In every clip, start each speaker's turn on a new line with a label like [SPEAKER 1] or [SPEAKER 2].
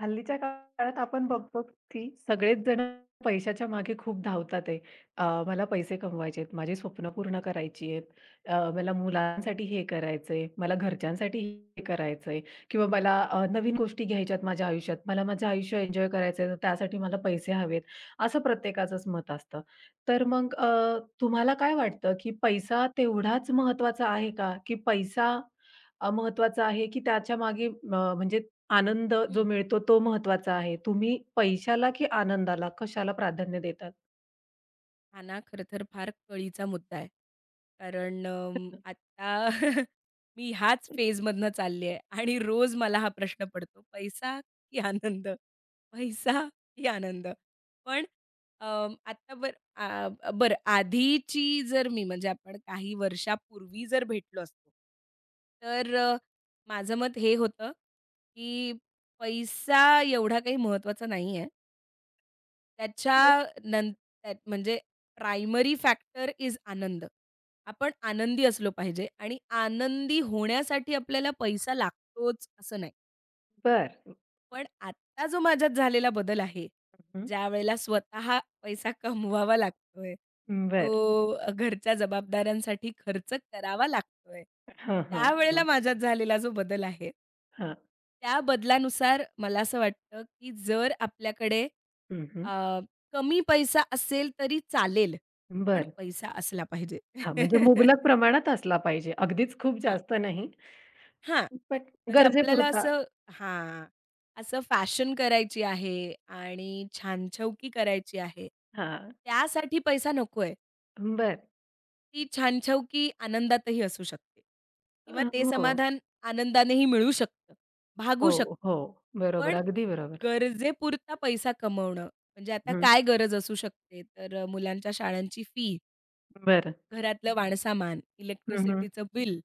[SPEAKER 1] हल्लीच्या काळात आपण बघतो की सगळेच जण पैशाच्या मागे खूप धावतात आहे. मला पैसे कमवायचे आहेत, माझी स्वप्न पूर्ण करायची आहेत, मला मुलांसाठी हे करायचंय, मला घरच्यांसाठी हे करायचंय किंवा मला नवीन गोष्टी घ्यायच्या आहेत माझ्या आयुष्यात. मला माझं आयुष्य एन्जॉय करायचं तर त्यासाठी मला पैसे हवेत, असं प्रत्येकाचंच मत असतं. तर मग तुम्हाला काय वाटतं की पैसा तेवढाच महत्त्वाचा आहे का? की पैसा महत्त्वाचा आहे, की त्याच्या मागे म्हणजे आनंद
[SPEAKER 2] हं,
[SPEAKER 1] जो मिळतो तो महत्वाचा आहे.
[SPEAKER 2] हं.
[SPEAKER 1] तुम्ही पैशाला की आनंदाला कशाला प्राधान्य देतात?
[SPEAKER 2] हा ना खरं तर फार कळीचा मुद्दा आहे. कारण आता मी ह्याच फेजमधनं चालली आहे आणि रोज मला हा प्रश्न पडतो, पैसा की आनंद? पैसा की आनंद? पण आता बरं आधीची जर मी म्हणजे आपण काही वर्षापूर्वी जर भेटलो असतो, तर माझं मत हे होतं, की पैसा एवढा काही महत्त्वाचा नाही आहे. त्याच्या नं त्यात म्हणजे प्रायमरी फॅक्टर इज आनंद. आपण आनंदी असलो पाहिजे आणि आनंदी होण्यासाठी आपल्याला पैसा लागतोच असं नाही.
[SPEAKER 1] बरं.
[SPEAKER 2] पण आत्ता जो माझ्यात झालेला बदल आहे,
[SPEAKER 1] हं.
[SPEAKER 2] ज्यावेळेला स्वतः पैसा कमवावा लागतोय,
[SPEAKER 1] बरं.
[SPEAKER 2] तो घरच्या जबाबदाऱ्यांसाठी खर्च करावा लागतोय,
[SPEAKER 1] हां, हां,
[SPEAKER 2] त्यावेळेला
[SPEAKER 1] हां,
[SPEAKER 2] माझ्यात झालेला जो बदल आहे
[SPEAKER 1] हां.
[SPEAKER 2] त्या बदलानुसार मला असं वाटतं, की जर आपल्याकडे
[SPEAKER 1] हं, हं.
[SPEAKER 2] अ, कमी पैसा असेल तरी चालेल, पण
[SPEAKER 1] बरं.
[SPEAKER 2] पैसा असला पाहिजे.
[SPEAKER 1] हां, म्हणजे मुबलक प्रमाणात असला पाहिजे. अगदीच खूप
[SPEAKER 2] हां.
[SPEAKER 1] जास्त नाही,
[SPEAKER 2] हां.
[SPEAKER 1] बट
[SPEAKER 2] म्हणजे आपल्याला
[SPEAKER 1] गरजेपुरता
[SPEAKER 2] असं हां. असं फॅशन करायची आहे आणि छानछवकी करायची आहे.
[SPEAKER 1] हां.
[SPEAKER 2] त्यासाठी पैसा नकोय.
[SPEAKER 1] बरं.
[SPEAKER 2] ती छानछवकी आनंदातही असू शकते किंवा ते
[SPEAKER 1] हो,
[SPEAKER 2] समाधान आनंदानेही मिळू शकतं, भागू
[SPEAKER 1] हो,
[SPEAKER 2] शकतं.
[SPEAKER 1] हो. बरोबर.
[SPEAKER 2] पण
[SPEAKER 1] अगदी बरोबर.
[SPEAKER 2] गरजेपुरता पैसा कमवणं, म्हणजे आता
[SPEAKER 1] हं.
[SPEAKER 2] काय गरज असू शकते? तर मुलांच्या शाळांची फी,
[SPEAKER 1] बरं.
[SPEAKER 2] घरातलं वाणसामान,
[SPEAKER 1] हं, हं.
[SPEAKER 2] इलेक्ट्रिसिटीचं बिल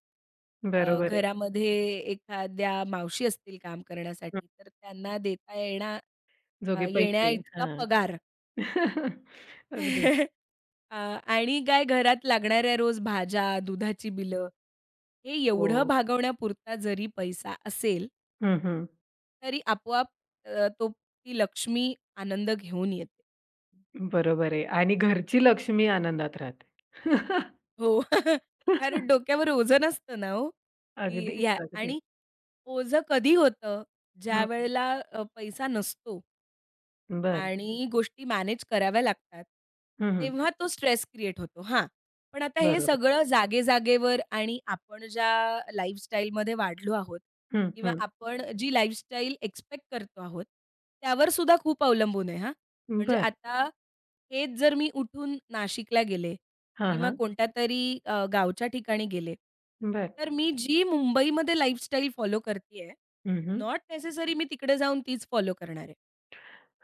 [SPEAKER 1] बरोबर आहे.
[SPEAKER 2] घरामध्ये एखाद्या मावशी असतील काम
[SPEAKER 1] हं.
[SPEAKER 2] करण्यासाठी, तर त्यांना
[SPEAKER 1] जोगे
[SPEAKER 2] येण्या
[SPEAKER 1] पैसे.
[SPEAKER 2] इतका
[SPEAKER 1] हां.
[SPEAKER 2] पगार.
[SPEAKER 1] अगदी.
[SPEAKER 2] अ, आणि काय घरात लागणाऱ्या रोज भाज्या, दुधाची बिलं, हे
[SPEAKER 1] हो.
[SPEAKER 2] एवढं भागवण्यापुरता जरी पैसा असेल,
[SPEAKER 1] हं, हं.
[SPEAKER 2] तरी आपोआप अ, तो ती लक्ष्मी आनंद घेऊन येते.
[SPEAKER 1] बरोबर आहे आणि घरची लक्ष्मी आनंदात राहते.
[SPEAKER 2] हो. कारण डोक्यावर ओझं नसतं ना हो, की
[SPEAKER 1] अगदीच,
[SPEAKER 2] या आणि
[SPEAKER 1] अगदीच.
[SPEAKER 2] ओझं कधी होतं?
[SPEAKER 1] हं.
[SPEAKER 2] ज्यावेळेला पैसा नसतो.
[SPEAKER 1] बरं.
[SPEAKER 2] आणि गोष्टी मॅनेज कराव्या लागतात.
[SPEAKER 1] हं, हं.
[SPEAKER 2] तेव्हा तो स्ट्रेस क्रिएट होतो. हां, पण आता हे
[SPEAKER 1] बरोबर.
[SPEAKER 2] सगळं जागे-जागेवर आणि आपण ज्या लाईफस्टाईलमध्ये वाढलो आहोत
[SPEAKER 1] हं,
[SPEAKER 2] किंवा
[SPEAKER 1] हं.
[SPEAKER 2] आपण जी लाईफस्टाईल एक्सपेक्ट करतो आहोत, त्यावर सुद्धा खूप अवलंबून आहे हां. म्हणजे
[SPEAKER 1] बरं.
[SPEAKER 2] आता हेच जर मी उठून नाशिकला गेले
[SPEAKER 1] हां,
[SPEAKER 2] किंवा
[SPEAKER 1] हां.
[SPEAKER 2] कोणत्यातरी गावच्या ठिकाणी गेले,
[SPEAKER 1] बरं.
[SPEAKER 2] तर मी जी मुंबईमध्ये लाईफस्टाईल फॉलो करतीये,
[SPEAKER 1] हं, हं.
[SPEAKER 2] नॉट नेसेसरी मी तिकडे जाऊन तीच फॉलो करणार आहे.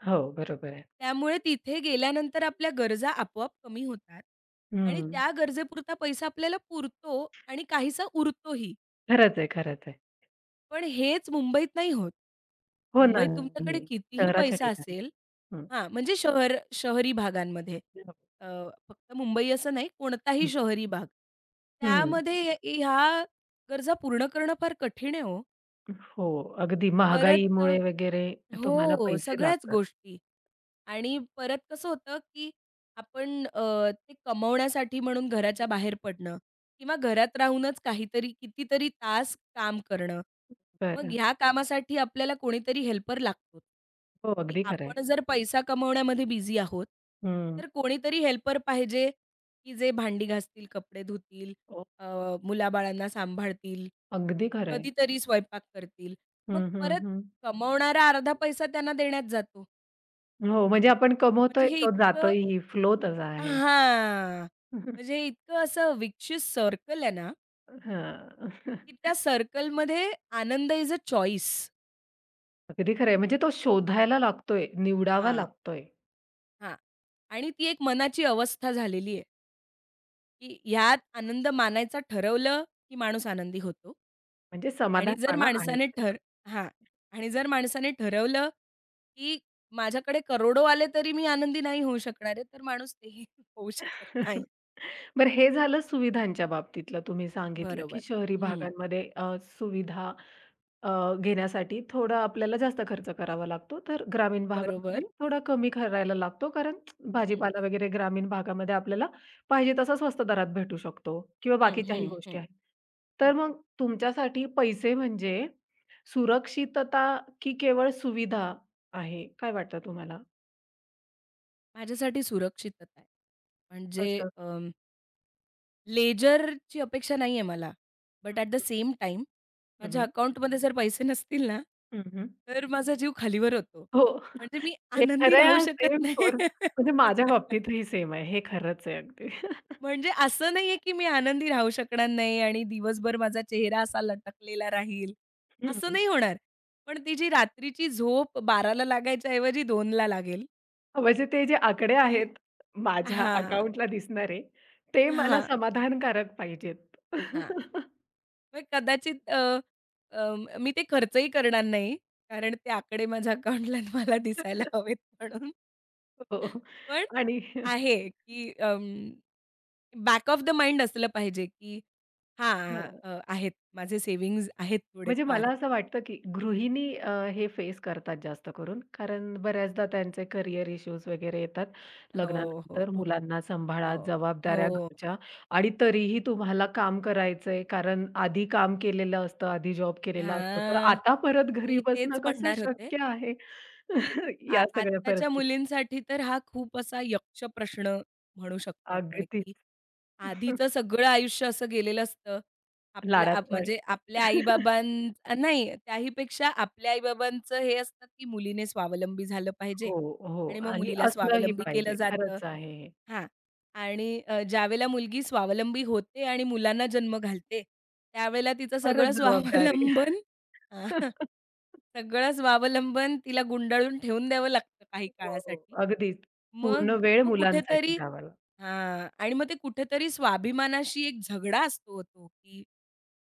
[SPEAKER 1] हो, बरोबर आहे.
[SPEAKER 2] त्यामुळे तिथे गेल्यानंतर आपल्या गरजा आपोआप कमी होतात आणि
[SPEAKER 1] हं.
[SPEAKER 2] त्या गरजेपुरता पैसा आपल्याला पुरतो आणि काहीसा उरतोही.
[SPEAKER 1] खरंच आहे, खरंच आहे.
[SPEAKER 2] पण हेच मुंबईत नाही होत.
[SPEAKER 1] हो ना,
[SPEAKER 2] मुंबईत तुमच्याकडे
[SPEAKER 1] नाही.
[SPEAKER 2] कितीही
[SPEAKER 1] शहराच्या
[SPEAKER 2] पैसा
[SPEAKER 1] ठिकाणी.
[SPEAKER 2] असेल
[SPEAKER 1] हं.
[SPEAKER 2] हां, म्हणजे शहरी भागांमध्ये अ, फक्त मुंबई असं नाही, कोणताही
[SPEAKER 1] हं,
[SPEAKER 2] शहरी भाग.
[SPEAKER 1] हं.
[SPEAKER 2] त्यामध्ये ह्या गरजा पूर्ण करणं फार कठीण आहे हो.
[SPEAKER 1] हो, अगदी
[SPEAKER 2] परत
[SPEAKER 1] महागाईमुळे वगैरे तुम्हाला
[SPEAKER 2] हो,
[SPEAKER 1] पैसे
[SPEAKER 2] सगळ्याच
[SPEAKER 1] लागतात.
[SPEAKER 2] गोष्टी आणि परत कसं होतं, की आपण ते कमवण्यासाठी म्हणून घराच्या बाहेर पडणं किंवा घरात राहूनच काहीतरी कितीतरी तास काम करणं. मग
[SPEAKER 1] बरं.
[SPEAKER 2] ह्या कामासाठी आपल्याला कोणीतरी हेल्पर लागतो,
[SPEAKER 1] हो,
[SPEAKER 2] की
[SPEAKER 1] अगदी खरं आहे.
[SPEAKER 2] आपण जर पैसा कमवण्यामध्ये बिझी आहोत,
[SPEAKER 1] हं.
[SPEAKER 2] तर कोणीतरी हेल्पर पाहिजे, की जे भांडी घासतील, कपडे धुतील,
[SPEAKER 1] हो,
[SPEAKER 2] अ, मुलाबाळांना सांभाळतील,
[SPEAKER 1] अगदी खरं आहे.
[SPEAKER 2] कधीतरी स्वयंपाक करतील. मग
[SPEAKER 1] हं, हं,
[SPEAKER 2] परत
[SPEAKER 1] हं.
[SPEAKER 2] कमवणारा अर्धा पैसा त्यांना देण्यात जातो.
[SPEAKER 1] हो, म्हणजे आपण
[SPEAKER 2] म्हणजे
[SPEAKER 1] कमवतोय,
[SPEAKER 2] हे
[SPEAKER 1] तो
[SPEAKER 2] इतकं
[SPEAKER 1] जातोयही. फ्लो तसा आहे.
[SPEAKER 2] हां. म्हणजे हे इतकं असं विकसित सर्कल आहे ना,
[SPEAKER 1] हां.
[SPEAKER 2] की त्या सर्कलमध्ये आनंद इज अ चॉईस.
[SPEAKER 1] अगदी खरं आहे. म्हणजे तो शोधायला लागतोय, निवडावा
[SPEAKER 2] हां,
[SPEAKER 1] लागतोय.
[SPEAKER 2] हां. आणि ती एक मनाची अवस्था झालेली आहे, की ह्यात आनंद मानायचा ठरवलं, की माणूस आनंदी होतो.
[SPEAKER 1] म्हणजे
[SPEAKER 2] आणि जर
[SPEAKER 1] समाधानपणा आहे
[SPEAKER 2] माणसाने
[SPEAKER 1] त्याचा.
[SPEAKER 2] ठर हां. आणि जर माणसाने ठरवलं, की माझ्याकडे करोडो आले तरी मी आनंदी नाही होऊ शकणार आहे, तर माणूस तेही होऊ शकत नाही.
[SPEAKER 1] बरं हे झालं सुविधांच्या बाबतीतलं तुम्ही सांगितलं, की
[SPEAKER 2] बरोबर.
[SPEAKER 1] शहरी
[SPEAKER 2] हं.
[SPEAKER 1] भागांमध्ये सुविधा घेण्यासाठी थोडा आपल्याला जास्त खर्च करावा लागतो. तर ग्रामीण भागामध्ये
[SPEAKER 2] बरोबर.
[SPEAKER 1] थोडा कमी करायला लागतो, कारण
[SPEAKER 2] हं,
[SPEAKER 1] भाजीपाला वगैरे ग्रामीण भागामध्ये आपल्याला पाहिजे तसा स्वस्त दरात भेटू शकतो किंवा
[SPEAKER 2] हं,
[SPEAKER 1] बाकीच्याही
[SPEAKER 2] हं, हं,
[SPEAKER 1] गोष्टी आहेत. तर
[SPEAKER 2] हं.
[SPEAKER 1] मग तुमच्यासाठी पैसे म्हणजे सुरक्षितता की केवळ सुविधा आहे? काय वाटतं तुम्हाला?
[SPEAKER 2] माझ्यासाठी सुरक्षितता आहे. म्हणजे
[SPEAKER 1] कसं?
[SPEAKER 2] अं, लेजरची अपेक्षा नाहीये मला. But at the same time
[SPEAKER 1] हं,
[SPEAKER 2] माझ्या
[SPEAKER 1] हं,
[SPEAKER 2] अकाउंटमध्ये जर पैसे नसतील ना,
[SPEAKER 1] हं, हं.
[SPEAKER 2] तर माझा जीव खालीवर होतो.
[SPEAKER 1] हो,
[SPEAKER 2] म्हणजे मी
[SPEAKER 1] हे
[SPEAKER 2] आनंदी
[SPEAKER 1] खरं
[SPEAKER 2] राहू
[SPEAKER 1] आहे.
[SPEAKER 2] शकत
[SPEAKER 1] सेम
[SPEAKER 2] नाही.
[SPEAKER 1] फॉर म्हणजे माझ्या बाबतीतही सेम आहे. हे खरंच आहे अगदी.
[SPEAKER 2] म्हणजे असं नाहीये, की मी आनंदी राहू शकणार नाही आणि दिवसभर माझा चेहरा असा लटकलेला राहील, असं
[SPEAKER 1] हं.
[SPEAKER 2] नाही होणार. पण ती जी रात्रीची झोप 12:00 लागायच्या ऐवजी 2:00 लागेल,
[SPEAKER 1] म्हणजे ते जे आकडे
[SPEAKER 2] की
[SPEAKER 1] आहेत, माझ्या
[SPEAKER 2] हां.
[SPEAKER 1] अकाउंटला दिसणारे, ते मला
[SPEAKER 2] हां,
[SPEAKER 1] समाधानकारक पाहिजेत.
[SPEAKER 2] हां. मग कदाचित अ, अ, मी ते खर्चही करणार नाही. कारण ते आकडे माझ्या अकाउंटला मला दिसायला हवेत म्हणून.
[SPEAKER 1] हो
[SPEAKER 2] पण
[SPEAKER 1] आणि
[SPEAKER 2] आहे, की बॅक ऑफ द माइंड असलं पाहिजे, की हां,
[SPEAKER 1] हं.
[SPEAKER 2] आहेत माझे सेव्हिंग्ज आहेत
[SPEAKER 1] म्हणजे मला
[SPEAKER 2] थोडेफार.
[SPEAKER 1] असं वाटतं, की गृहिणी हे फेस करतात जास्त करून. कारण बऱ्याचदा त्यांचे करियर इश्यूज वगैरे येतात.
[SPEAKER 2] हो, हो,
[SPEAKER 1] लग्नानंतर
[SPEAKER 2] हो,
[SPEAKER 1] मुलांना सांभाळा,
[SPEAKER 2] हो,
[SPEAKER 1] जबाबदाऱ्या
[SPEAKER 2] हो.
[SPEAKER 1] घरच्या आणि तरीही तुम्हाला काम करायचंय. कारण आधी काम केलेलं असतं, आधी जॉब केलेला असतो. तर
[SPEAKER 2] हां,
[SPEAKER 1] आता परत घरी
[SPEAKER 2] मी
[SPEAKER 1] बसणं
[SPEAKER 2] तेच
[SPEAKER 1] कसं
[SPEAKER 2] म्हणणार होते,
[SPEAKER 1] शक्य आहे?
[SPEAKER 2] की
[SPEAKER 1] या सगळ्या
[SPEAKER 2] आत्ताच्या
[SPEAKER 1] परिस्थितीत.
[SPEAKER 2] मुलींसाठी तर हा खूप असा यक्ष प्रश्न म्हणू शकतो आपण,
[SPEAKER 1] अगदीच.
[SPEAKER 2] की आधीचं सगळं आयुष्य असं गेलेलं असतं. आपलं
[SPEAKER 1] लाडात वाढ.
[SPEAKER 2] म्हणजे आपल्या आई-बाबां नाही त्याहीपेक्षा आपल्या आई हे असतं, की मुलीने स्वावलंबी झालं पाहिजे
[SPEAKER 1] हो, हो.
[SPEAKER 2] आणि मग
[SPEAKER 1] आणि
[SPEAKER 2] मुलीला
[SPEAKER 1] असलंही
[SPEAKER 2] स्वावलंबी केलं
[SPEAKER 1] पाहिजे.
[SPEAKER 2] जातं.
[SPEAKER 1] खरंच आहे हे.
[SPEAKER 2] हां, आणि ज्यावेळेला मुलगी स्वावलंबी होते आणि मुलांना जन्म घालते, त्यावेळेला तिचं
[SPEAKER 1] परत जबाबदारी.
[SPEAKER 2] अ, सगळं स्वावलंबन तिला गुंडाळून ठेवून द्यावं लागतं काही
[SPEAKER 1] हो,
[SPEAKER 2] काळासाठी.
[SPEAKER 1] अगदीच. पूर्ण
[SPEAKER 2] मग
[SPEAKER 1] वेळ
[SPEAKER 2] तो
[SPEAKER 1] मुलांसाठी
[SPEAKER 2] कुठेतरी
[SPEAKER 1] द्यावा लागतो.
[SPEAKER 2] हां. आणि मग ते कुठेतरी स्वाभिमानाशी एक झगडा असतो तो, की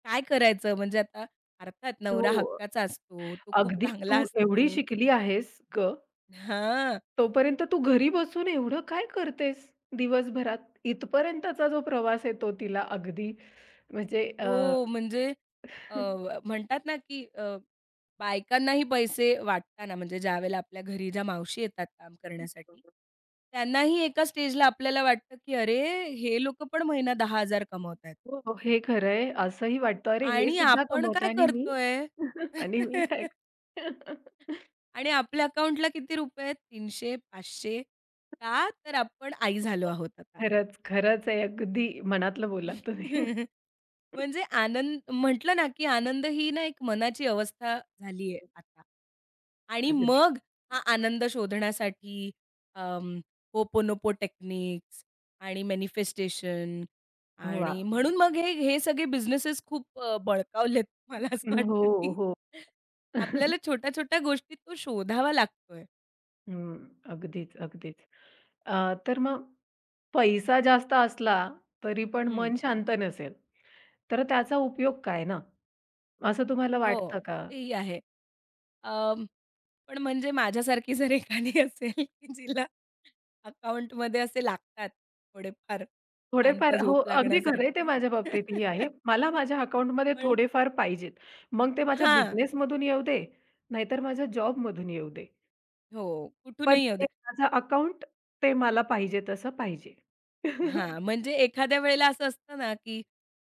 [SPEAKER 2] काय करायचं म्हणजे आता अर्थात नवरा
[SPEAKER 1] हो,
[SPEAKER 2] हक्काचा असतो, तो खूप
[SPEAKER 1] अगदी
[SPEAKER 2] चांगला
[SPEAKER 1] तू एवढी
[SPEAKER 2] असतो.
[SPEAKER 1] शिकली आहेस गं,
[SPEAKER 2] हां.
[SPEAKER 1] तोपर्यंत तू घरी बसून एवढं काय करतेस दिवसभरात? इथपर्यंतचा जो प्रवास आहे तो तिला अगदी म्हणजे
[SPEAKER 2] हो, म्हणजे अ, म्हणतात ना, की बायकांनाही पैसे वाटताना म्हणजे ज्यावेळेला आपल्या घरी ज्या मावशी येतात काम करण्यासाठी, त्यांनाही एका स्टेजला आपल्याला वाटतं, की "अरे, हे लोकं पण महिना 10,000 कमवतायत
[SPEAKER 1] हो, हो, हे खरं आहे. असंही वाटतं, "अरे, हे
[SPEAKER 2] आणि
[SPEAKER 1] सुद्धा
[SPEAKER 2] आपण
[SPEAKER 1] कमवतं
[SPEAKER 2] काय
[SPEAKER 1] आणि मी
[SPEAKER 2] करतोय?"
[SPEAKER 1] आणि मी काय?"
[SPEAKER 2] आणि आपल्या अकाउंटला किती रुपये आहेत? 300, 500 का? तर आपण आई झालो आहोत आता.
[SPEAKER 1] खरंच, खरंच आहे. अगदी मनातलं बोललात तुम्ही.
[SPEAKER 2] म्हणजे आनंद म्हटलं ना, की आनंद ही ना, एक मनाची अवस्था झाली आहे आता. आणि
[SPEAKER 1] अगदी.
[SPEAKER 2] मग हा आनंद शोधण्यासाठी अं, होपोनोपो टेक्निक्स आणि मॅनिफेस्टेशन
[SPEAKER 1] वाह!
[SPEAKER 2] आणि म्हणून मग हे हे सगळे बिझनेसेस खूप बळकावलेत. मला असं
[SPEAKER 1] हो,
[SPEAKER 2] वाटतं, की
[SPEAKER 1] हो.
[SPEAKER 2] आपल्याला छोट्या-छोट्या गोष्टीत तो शोधावा लागतोय.
[SPEAKER 1] हं, अगदीच, अगदीच. तर मग पैसा जास्त असला तरी पण
[SPEAKER 2] हं.
[SPEAKER 1] मन शांत नसेल, तर त्याचा उपयोग काय ना? असं तुम्हाला
[SPEAKER 2] हो,
[SPEAKER 1] वाटतं का?
[SPEAKER 2] तेही आहे. अं, पण म्हणजे माझ्यासारखी जर एखादी असेल, की जिला अकाउंटमध्ये असे लागतात थोडेफार शांत
[SPEAKER 1] थोडेफार हो,
[SPEAKER 2] झोप
[SPEAKER 1] अगदी खरं आहे, ते
[SPEAKER 2] लागण्यासाठी.
[SPEAKER 1] माझ्या बाबतीतही आहे. मला माझ्या अकाउंटमध्ये
[SPEAKER 2] पण
[SPEAKER 1] थोडेफार पाहिजेत. मग ते माझ्या
[SPEAKER 2] हां.
[SPEAKER 1] बिझनेसमधून येऊ दे, नाहीतर माझ्या जॉबमधून येऊ दे.
[SPEAKER 2] हो.
[SPEAKER 1] पण
[SPEAKER 2] कुठूनही येऊ
[SPEAKER 1] ते
[SPEAKER 2] दे.
[SPEAKER 1] माझं अकाउंट ते मला पाहिजे तसं पाहिजे.
[SPEAKER 2] हां, म्हणजे एखाद्या वेळेला असं असतं ना, की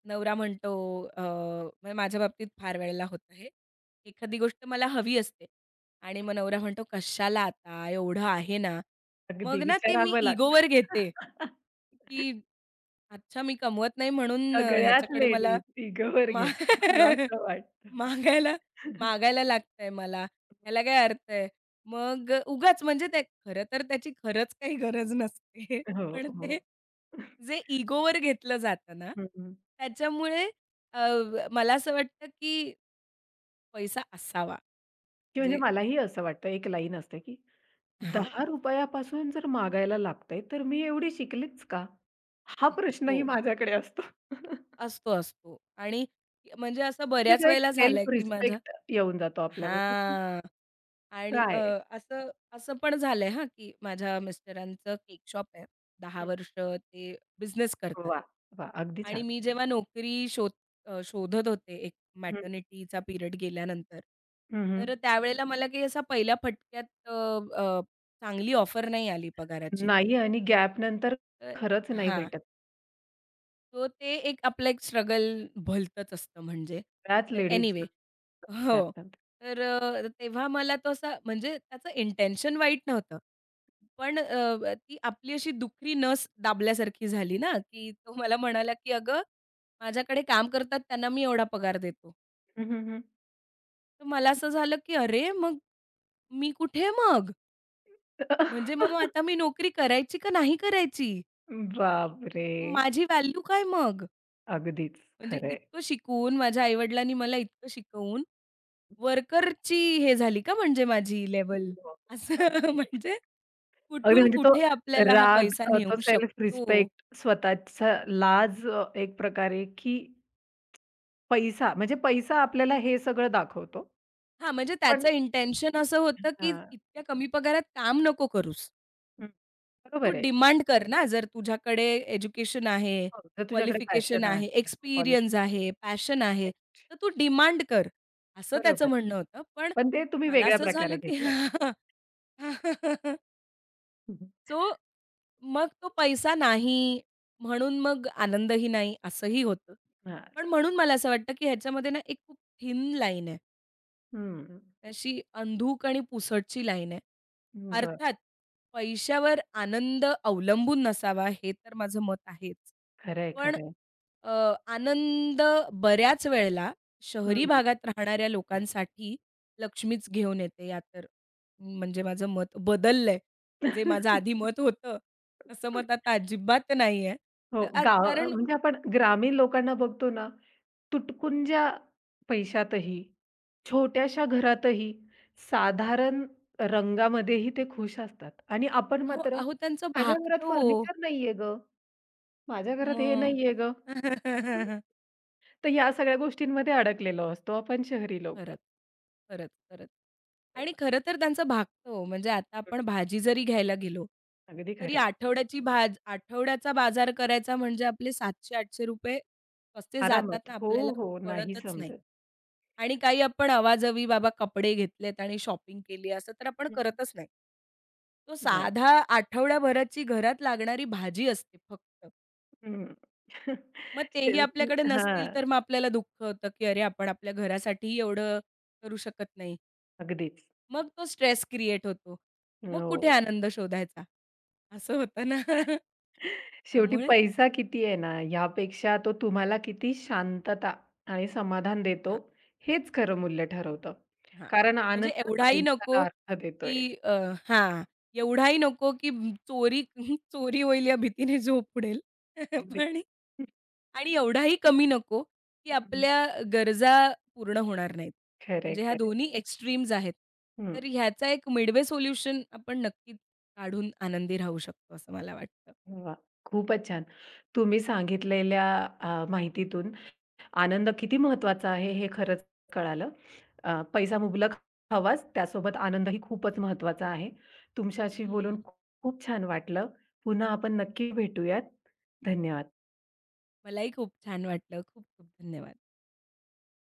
[SPEAKER 2] नवरा म्हणतो अ, म्हणजे माझ्या बाबतीत फार वेळेला होतं हे. एखादी गोष्ट मला हवी असते आणि मग नवरा म्हणतो, "कशाला आता? एवढं आहे ना."
[SPEAKER 1] अगदी
[SPEAKER 2] मग ना ते मी
[SPEAKER 1] विचारावं
[SPEAKER 2] इगोवर
[SPEAKER 1] लागतं.
[SPEAKER 2] घेते, की अच्छा मी कमवत नाही म्हणून
[SPEAKER 1] सगळ्याच
[SPEAKER 2] ह्याच्याकडे मला
[SPEAKER 1] लेडीज इगोवर
[SPEAKER 2] मा
[SPEAKER 1] घेतात. मला असं वाटतं.
[SPEAKER 2] मागायला मागायला लागतंय मला. ह्याला काय अर्थ आहे? मग उगाच म्हणजे ते खरं तर त्याची खरंच काही गरज नसते.
[SPEAKER 1] हो,
[SPEAKER 2] पण ते
[SPEAKER 1] हो.
[SPEAKER 2] जे इगोवर घेतलं जातं ना,
[SPEAKER 1] हं, हं.
[SPEAKER 2] त्याच्यामुळे अ, मला असं वाटतं, की पैसा असावा.
[SPEAKER 1] की म्हणजे
[SPEAKER 2] जे
[SPEAKER 1] मलाही असं वाटतं एक लाईन असते, की
[SPEAKER 2] हां.
[SPEAKER 1] ₹10 पासून जर मागायला लागतंय, तर मी एवढी शिकलीच का? हा प्रश्नही
[SPEAKER 2] हो.
[SPEAKER 1] माझ्याकडे असतो.
[SPEAKER 2] असतो, असतो. आणि म्हणजे असं
[SPEAKER 1] म्हणजे
[SPEAKER 2] बऱ्याच
[SPEAKER 1] तो एक
[SPEAKER 2] वेळेला झालंय,
[SPEAKER 1] सेल्फ
[SPEAKER 2] की माझ्या
[SPEAKER 1] रिस्पेक्ट येऊन जातो आपल्यामध्ये, की
[SPEAKER 2] हां. आणि
[SPEAKER 1] काय?
[SPEAKER 2] असं असं पण झालंय हां, की माझ्या मिस्टरांचं केक शॉप आहे. 10
[SPEAKER 1] हं,
[SPEAKER 2] वर्ष ते बिझनेस करतात.
[SPEAKER 1] वाह! वाह! अगदी
[SPEAKER 2] आणि
[SPEAKER 1] छान.
[SPEAKER 2] मी जेव्हा शोधत होते एक
[SPEAKER 1] हं, हं.
[SPEAKER 2] मॅटर्निटीचा पिरियड गेल्यानंतर, तर त्यावेळेला मला काही असा पहिल्या फटक्यात अ, अ, चांगली ऑफर नाही आली पगाराची.
[SPEAKER 1] नाही आणि गॅप नंतर
[SPEAKER 2] तर
[SPEAKER 1] खरंच नाही
[SPEAKER 2] हां.
[SPEAKER 1] भेटत.
[SPEAKER 2] सो ते एक आपलं एक स्ट्रगल भलतंच असतं म्हणजे.
[SPEAKER 1] बऱ्याच
[SPEAKER 2] तर
[SPEAKER 1] लेडीज
[SPEAKER 2] एनिवे
[SPEAKER 1] गॅप
[SPEAKER 2] हो.
[SPEAKER 1] नंतर.
[SPEAKER 2] तर तेव्हा मला तो असा म्हणजे त्याचं इंटेन्शन वाईट नव्हतं. पण ती आपली अशी दुखरी नस दाबल्यासारखी झाली ना, की तो मला म्हणाला, की "अगं, माझ्याकडे काम करतात त्यांना मी एवढा पगार देतो."
[SPEAKER 1] हं, हं, हं.
[SPEAKER 2] तर मला असं झालं, की अरे मग मी कुठे मग? म्हणजे मग आता मी नोकरी करायची का नाही करायची?
[SPEAKER 1] बापरे!
[SPEAKER 2] माझी व्हॅल्यू काय मग?
[SPEAKER 1] अगदीच
[SPEAKER 2] म्हणजे
[SPEAKER 1] खरंय.
[SPEAKER 2] इतकं शिकवून, माझ्या आई-वडिलांनी मला इतकं शिकवून, वर्करची हे झाली का म्हणजे माझी लेवल
[SPEAKER 1] हो,
[SPEAKER 2] असं
[SPEAKER 1] अगदी.
[SPEAKER 2] म्हणजे
[SPEAKER 1] अगदी
[SPEAKER 2] कुठून
[SPEAKER 1] म्हणजे तो
[SPEAKER 2] कुठे आपल्याला हा
[SPEAKER 1] राग
[SPEAKER 2] पैसा
[SPEAKER 1] तो
[SPEAKER 2] नेऊ
[SPEAKER 1] सेल्फ
[SPEAKER 2] शकतो.
[SPEAKER 1] रिस्पेक्ट स्वतःचा लाज एक प्रकारे की पैसा म्हणजे पैसा आपल्याला हे सगळं दाखवतो.
[SPEAKER 2] हां, म्हणजे
[SPEAKER 1] पण
[SPEAKER 2] त्याचं इंटेन्शन असं होतं, की
[SPEAKER 1] हां,
[SPEAKER 2] इतक्या कमी पगारात काम नको करूस.
[SPEAKER 1] हं,
[SPEAKER 2] तू
[SPEAKER 1] बरोबर आहे.
[SPEAKER 2] डिमांड कर ना, जर तुझ्याकडे एज्युकेशन आहे,
[SPEAKER 1] हो, जर तुझ्याकडे
[SPEAKER 2] क्वालिफिकेशन
[SPEAKER 1] पॅशन आहे,
[SPEAKER 2] आहे,
[SPEAKER 1] क्वालिफिकेशन
[SPEAKER 2] एक्सपिरियन्स आहे, पॅशन आहे,
[SPEAKER 1] आहे.
[SPEAKER 2] तर तू डिमांड कर, असं त्याचं
[SPEAKER 1] बरोबर.
[SPEAKER 2] म्हणणं होतं. पण
[SPEAKER 1] पण ते तुम्ही
[SPEAKER 2] मला
[SPEAKER 1] वेगळ्या
[SPEAKER 2] असं झालं,
[SPEAKER 1] प्रकारे
[SPEAKER 2] की
[SPEAKER 1] घेतलं.
[SPEAKER 2] सो मग तो पैसा नाही, म्हणून मग आनंदही नाही असंही होतं.
[SPEAKER 1] हां,
[SPEAKER 2] पण म्हणून मला असं वाटतं, की ह्याच्यामध्ये ना एक खूप थिन लाईन आहे.
[SPEAKER 1] हं,
[SPEAKER 2] अशी अंधूक आणि पुसटची लाईन आहे.
[SPEAKER 1] बरं.
[SPEAKER 2] अर्थात पैशावर आनंद अवलंबून नसावा हे तर माझं मत आहेच.
[SPEAKER 1] खरंय,
[SPEAKER 2] पण
[SPEAKER 1] खरंय.
[SPEAKER 2] अ, आनंद बऱ्याच वेळेला शहरी
[SPEAKER 1] हं.
[SPEAKER 2] भागात राहणाऱ्या लोकांसाठी लक्ष्मीच घेऊन येते या तर म्हणजे माझं मत बदललंय. जे माझं आधी मत होतं, तसं मत आता अजिबात नाही आहे.
[SPEAKER 1] हो, गाव
[SPEAKER 2] कारण
[SPEAKER 1] म्हणजे आपण ग्रामीण लोकांना बघतो ना, तुटपुंज्या पैशातही, छोट्याशा घरातही, साधारण रंगामध्येही ते खुश असतात आणि आपण
[SPEAKER 2] हो,
[SPEAKER 1] मात्र,
[SPEAKER 2] अहो त्यांचं
[SPEAKER 1] "माझ्या
[SPEAKER 2] भागतं
[SPEAKER 1] घरात
[SPEAKER 2] हो.
[SPEAKER 1] फर्निचर नाहीये गं, माझ्या घरात हे
[SPEAKER 2] मग.
[SPEAKER 1] नाहीये गं." तर या सगळ्या गोष्टींमध्ये अडकलेलो असतो आपण शहरी लोकं.
[SPEAKER 2] खरंच. खरंच, खरंच.
[SPEAKER 1] हो,
[SPEAKER 2] आणि खरं तर त्यांचं भागतं हो. म्हणजे आता आपण भाजी जरी घ्यायला गेलो,
[SPEAKER 1] अगदी
[SPEAKER 2] तरी
[SPEAKER 1] खरं
[SPEAKER 2] आठवड्याची भाज आठवड्याचा बाजार करायचा म्हणजे आपले ₹700-800 कसे जातात
[SPEAKER 1] आरामात.
[SPEAKER 2] ना
[SPEAKER 1] हो,
[SPEAKER 2] आपल्याला
[SPEAKER 1] हो. नाही
[SPEAKER 2] कळतच नाही.
[SPEAKER 1] समजत.
[SPEAKER 2] आणि काही आपण अवाजवी बाबा कपडे घेतलेत आणि शॉपिंग केली असं तर आपण
[SPEAKER 1] हम्म.
[SPEAKER 2] करतच नाही. तो
[SPEAKER 1] नाही.
[SPEAKER 2] साधा आठवड्याभराची घरात लागणारी भाजी असते फक्त.
[SPEAKER 1] हं.
[SPEAKER 2] मग तेही
[SPEAKER 1] शेवटी
[SPEAKER 2] आपल्याकडे नसतील तर
[SPEAKER 1] हां,
[SPEAKER 2] मग आपल्याला दुःख होतं, की अरे आपण आपल्या घरासाठीही एवढं करू शकत नाही.
[SPEAKER 1] अगदीच.
[SPEAKER 2] मग तो स्ट्रेस क्रिएट होतो. मग कुठे
[SPEAKER 1] हो.
[SPEAKER 2] आनंद शोधायचा? असं होतं ना.
[SPEAKER 1] शेवटी
[SPEAKER 2] त्यामुळे
[SPEAKER 1] पैसा किती आहे ना, ह्यापेक्षा तो तुम्हाला किती शांतता आणि समाधान देतो,
[SPEAKER 2] हां,
[SPEAKER 1] हेच खरं मूल्य ठरवतं.
[SPEAKER 2] हां.
[SPEAKER 1] कारण
[SPEAKER 2] म्हणजे
[SPEAKER 1] आनंदच
[SPEAKER 2] एवढाही नको,
[SPEAKER 1] आयुष्याला अर्थ
[SPEAKER 2] की
[SPEAKER 1] देतोय.
[SPEAKER 2] हां, एवढाही नको, की चोरी होईल या भीतीने झोप उडेल. पण
[SPEAKER 1] अगदीच.
[SPEAKER 2] आणि एवढाही कमी नको, की
[SPEAKER 1] हं.
[SPEAKER 2] आपल्या गरजा पूर्ण होणार नाहीत.
[SPEAKER 1] खरं आहे,
[SPEAKER 2] म्हणजे ह्या
[SPEAKER 1] खरं आहे.
[SPEAKER 2] दोन्ही एक्स्ट्रीम्स आहेत.
[SPEAKER 1] हं.
[SPEAKER 2] तर ह्याचा एक मिडवे सोल्युशन आपण नक्कीच काढून आनंदी राहू शकतो असं मला वाटतं.
[SPEAKER 1] वाह! खूपच छान. तुम्ही सांगितलेल्या माहितीतून आनंद किती महत्वाचा आहे हे खरंच कळालं. पैसा मुबलक हवाच, त्यासोबत आनंदही खूपच महत्वाचा आहे. तुमच्याशी
[SPEAKER 2] हं.
[SPEAKER 1] बोलून खूप छान वाटलं. पुन्हा आपण नक्की भेटूयात. धन्यवाद.
[SPEAKER 2] मलाही खूप छान वाटलं. खूप खूप धन्यवाद.